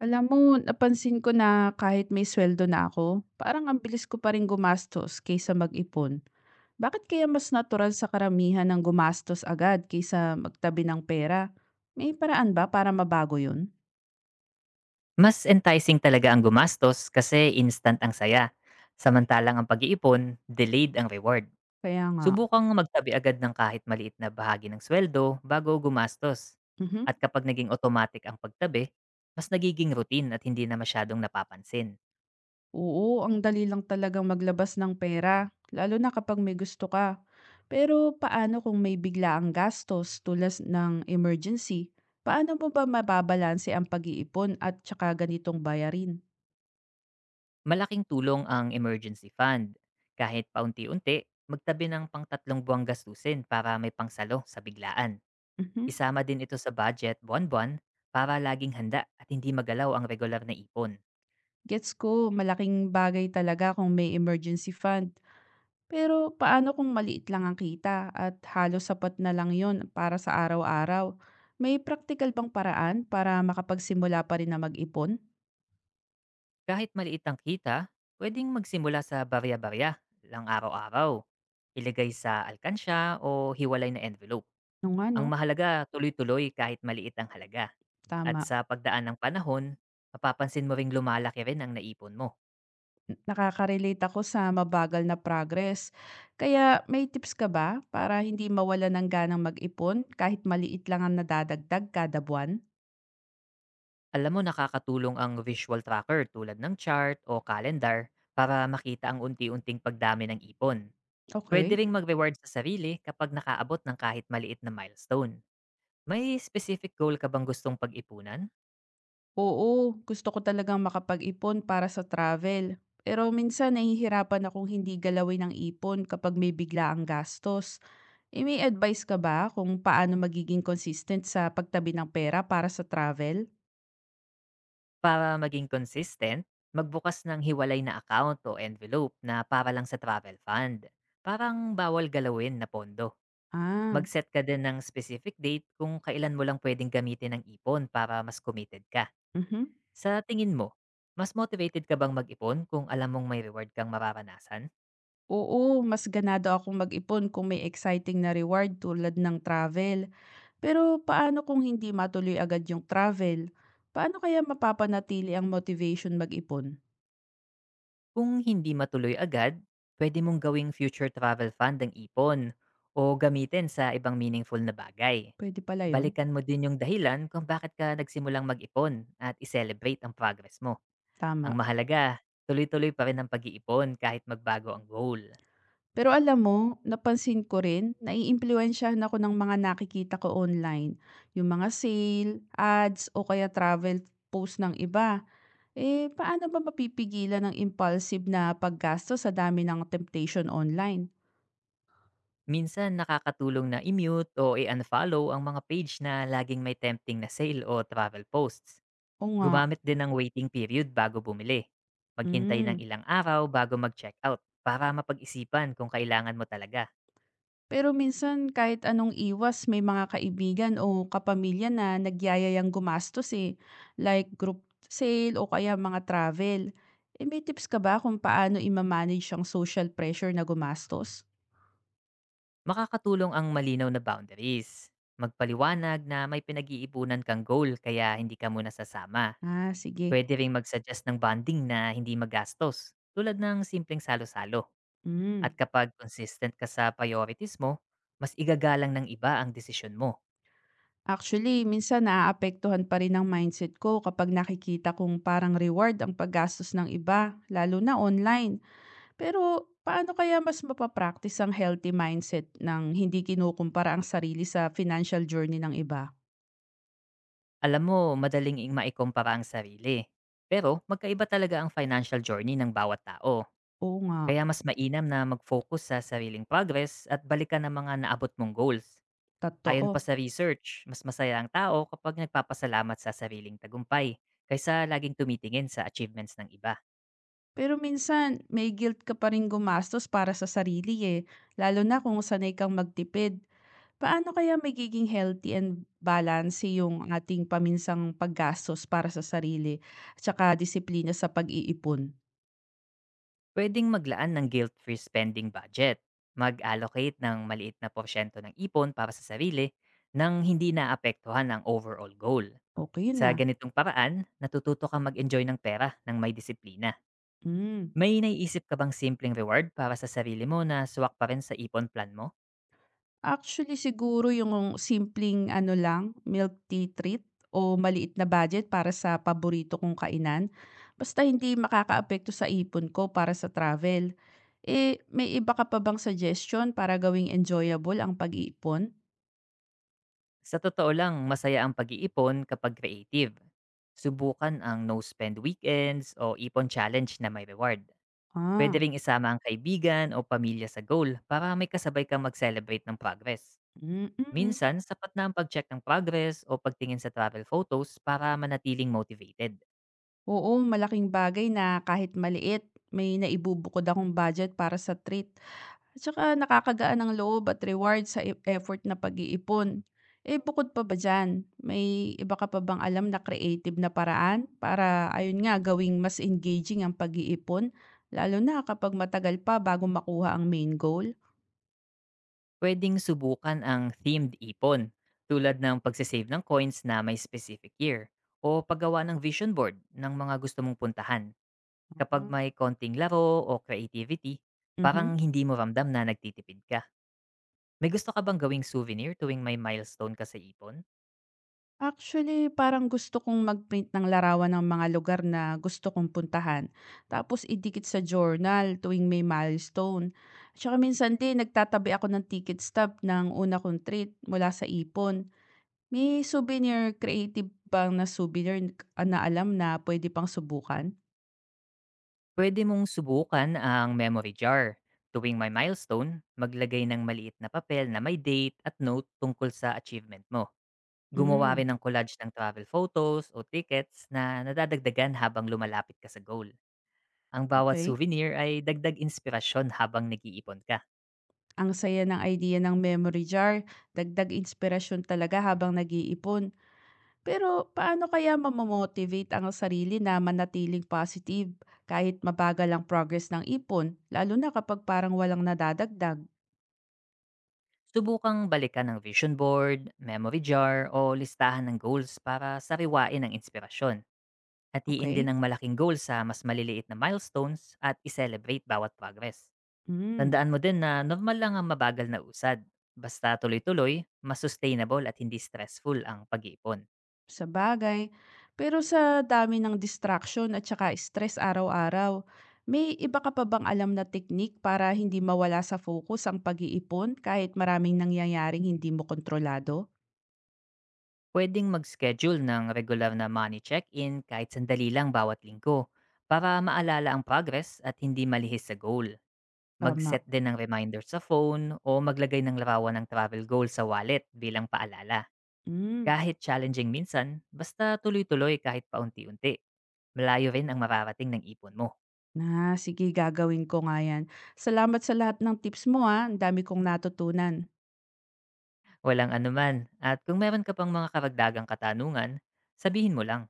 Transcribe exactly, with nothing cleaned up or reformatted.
Alam mo, napansin ko na kahit may sweldo na ako, parang ang bilis ko pa rin gumastos kaysa mag-ipon. Bakit kaya mas natural sa karamihan ng gumastos agad kaysa magtabi ng pera? May paraan ba para mabago yun? Mas enticing talaga ang gumastos kasi instant ang saya. Samantalang ang pag-iipon, delayed ang reward. Kaya nga. Subukang magtabi agad ng kahit maliit na bahagi ng sweldo bago gumastos. Mhm. At kapag naging automatic ang pagtabi, mas nagiging routine at hindi na masyadong napapansin. Oo, ang dali lang talagang maglabas ng pera, lalo na kapag may gusto ka. Pero paano kung may bigla ang gastos tulad ng emergency? Paano mo ba mababalanse ang pag-iipon at tsaka ganitong bayarin? Malaking tulong ang emergency fund. Kahit paunti-unti, magtabi ng pangtatlong buwang gastusin para may pangsalo sa biglaan. Mhm. Isama din ito sa budget buwan-buwan para laging handa at hindi magalaw ang regular na ipon. Gets ko, malaking bagay talaga kung may emergency fund. Pero paano kung maliit lang ang kita at halos sapat na lang yon para sa araw-araw? May practical bang paraan para makapagsimula pa rin na mag-ipon? Kahit maliit ang kita, pwedeng magsimula sa barya-barya lang araw-araw. Ilagay sa alkansya o hiwalay na envelope. No nga no. Ang mahalaga, tuloy-tuloy kahit maliit ang halaga. At Tama. sa pagdaan ng panahon, mapapansin mo ring lumalaki rin ang naipon mo. N- Nakaka-relate ako sa mabagal na progress. Kaya may tips ka ba para hindi mawala ng ganang mag-ipon kahit maliit lang ang nadadagdag kada buwan? Alam mo, nakakatulong ang visual tracker tulad ng chart o calendar para makita ang unti-unting pagdami ng ipon. Pwede Okay. ring mag-reward sa sarili kapag nakaabot ng kahit maliit na milestone. May specific goal ka bang gustong pag-ipunan? Oo, gusto ko talagang makapag-ipon para sa travel. Pero minsan nahihirapan akong hindi galawin ang ipon kapag may bigla ang gastos. Eh, may advice ka ba kung paano magiging consistent sa pagtabi ng pera para sa travel? Para maging consistent, magbukas ng hiwalay na account o envelope na para lang sa travel fund. Parang bawal galawin na pondo. Ah. Mag-set ka din ng specific date kung kailan mo lang pwedeng gamitin ang ipon para mas committed ka. Mhm. Sa tingin mo, mas motivated ka bang mag-ipon kung alam mong may reward kang mararanasan? Oo, mas ganado akong mag-ipon kung may exciting na reward tulad ng travel. Pero paano kung hindi matuloy agad yung travel? Paano kaya mapapanatili ang motivation mag-ipon? Kung hindi matuloy agad, pwede mong gawing future travel fund ang ipon o gamitin sa ibang meaningful na bagay. Pwede pala yun. Balikan mo din yung dahilan kung bakit ka nagsimulang mag-ipon at i-celebrate ang progress mo. Ang Tama. mahalaga, tuloy-tuloy pa rin ang pag-iipon kahit magbago ang goal. Pero alam mo, napansin ko rin, naiimpluwensyahan ako ng mga nakikita ko online. Yung mga sale, ads, o kaya travel post ng iba. Eh, paano ba mapipigilan ng impulsive na paggasto sa dami ng temptation online? Minsan nakakatulong na i-mute o i-unfollow ang mga page na laging may tempting na sale o travel posts. O nga. Gumamit din ng waiting period bago bumili. Maghintay ng Mm. ilang araw bago mag-checkout para mapag-isipan kung kailangan mo talaga. Pero minsan kahit anong iwas may mga kaibigan o kapamilya na nagyayayang gumastos, eh, like group sale o kaya mga travel. Eh, may tips ka ba kung paano ima ang social pressure na gumastos? Makakatulong ang malinaw na boundaries. Magpaliwanag na may pinag-iipunan kang goal kaya hindi ka muna sasama. Ah, sige. Pwede ring mag-suggest ng bonding na hindi magastos, tulad ng simpleng salo-salo. At Hmm. kapag consistent ka sa priorities mo, mas igagalang ng iba ang desisyon mo. Actually, minsan naaapektuhan pa rin ang mindset ko kapag nakikita kong parang reward ang paggastos ng iba, lalo na online. Pero paano kaya mas mapa ang healthy mindset ng hindi kinukumpara ang sarili sa financial journey ng iba? Alam mo, madaling ing maikumpara ang sarili. Pero magkaiba talaga ang financial journey ng bawat tao. Oo nga. Kaya mas mainam na mag-focus sa sariling progress at balikan ang mga naabot mong goals. Ayon Totoo. pa sa research, mas masaya ang tao kapag nagpapasalamat sa sariling tagumpay kaysa laging tumitingin sa achievements ng iba. Pero minsan, may guilt ka pa rin gumastos para sa sarili eh, lalo na kung sanay kang magtipid. Paano kaya magiging healthy and balance yung ating paminsang paggastos para sa sarili, tsaka disiplina sa pag-iipon? Pwedeng maglaan ng guilt-free spending budget, mag-allocate ng maliit na porsyento ng ipon para sa sarili nang hindi naapektuhan ang overall goal. Okay Sa na. ganitong paraan, natututo kang mag-enjoy ng pera ng may disiplina. Mm. May naiisip ka bang simpleng reward para sa sarili mo na swak pa rin sa ipon plan mo? Actually, siguro yung simpleng ano lang, milk tea treat o maliit na budget para sa paborito kong kainan. Basta hindi makakaapekto sa ipon ko para sa travel. Eh, may iba ka pa bang suggestion para gawing enjoyable ang pag-iipon? Sa totoo lang, masaya ang pag-iipon kapag creative. Subukan ang no-spend weekends o ipon challenge na may reward. Pwede Ah. ring isama ang kaibigan o pamilya sa goal para may kasabay kang mag-celebrate ng progress. Mm-mm. Minsan, sapat na ang pag-check ng progress o pagtingin sa travel photos para manatiling motivated. Oo, malaking bagay na kahit maliit, may naibubukod akong budget para sa treat. At saka nakakagaan ng loob at reward sa e- effort na pag-iipon. Eh bukod pa ba dyan, may iba ka pa bang alam na creative na paraan para ayun nga gawing mas engaging ang pag-iipon? Lalo na kapag matagal pa bago makuha ang main goal? Pwedeng subukan ang themed ipon tulad ng pagsisave ng coins na may specific year o paggawa ng vision board ng mga gusto mong puntahan. Kapag Mm. may konting laro o creativity, Mhm. parang hindi mo ramdam na nagtitipid ka. May gusto ka bang gawing souvenir tuwing may milestone ka sa ipon? Actually, parang gusto kong mag-print ng larawan ng mga lugar na gusto kong puntahan. Tapos idikit sa journal tuwing may milestone. Tsaka minsan din, nagtatabi ako ng ticket stub ng una kong treat mula sa ipon. May souvenir creative bang na souvenir n- na alam na pwede pang subukan? Pwede mong subukan ang memory jar. Tuwing may milestone, maglagay ng maliit na papel na may date at note tungkol sa achievement mo. Gumawa Mm, rin ng collage ng travel photos o tickets na nadadagdagan habang lumalapit ka sa goal. Ang bawat okay. souvenir ay dagdag inspirasyon habang nag-iipon ka. Ang saya ng idea ng memory jar, dagdag inspirasyon talaga habang nag-iipon. Pero paano kaya mamo-motivate ang sarili na manatiling positive kahit mabagal ang progress ng ipon, lalo na kapag parang walang nadadagdag? Subukang balikan ng vision board, memory jar o listahan ng goals para sariwain ang inspirasyon. Hatiin Okay. din ang malaking goal sa mas maliliit na milestones at i-celebrate bawat progress. Hmm. Tandaan mo din na normal lang ang mabagal na usad. Basta tuloy-tuloy, mas sustainable at hindi stressful ang pag-iipon. Sa bagay. Pero sa dami ng distraction at saka stress araw-araw, may iba ka pa bang alam na teknik para hindi mawala sa focus ang pag-iipon kahit maraming nangyayaring hindi mo kontrolado? Pwedeng mag-schedule ng regular na money check-in kahit sandali lang bawat linggo para maalala ang progress at hindi malihis sa goal. Tama. Mag-set din ng reminder sa phone o maglagay ng larawan ng travel goal sa wallet bilang paalala. Hmm. Kahit challenging minsan, basta tuloy-tuloy kahit paunti-unti. Malayo rin ang mararating ng ipon mo. Na, sige, gagawin ko nga yan. Salamat sa lahat ng tips mo, ah, ang dami kong natutunan. Walang anuman. At kung meron ka pang mga karagdagang katanungan, sabihin mo lang.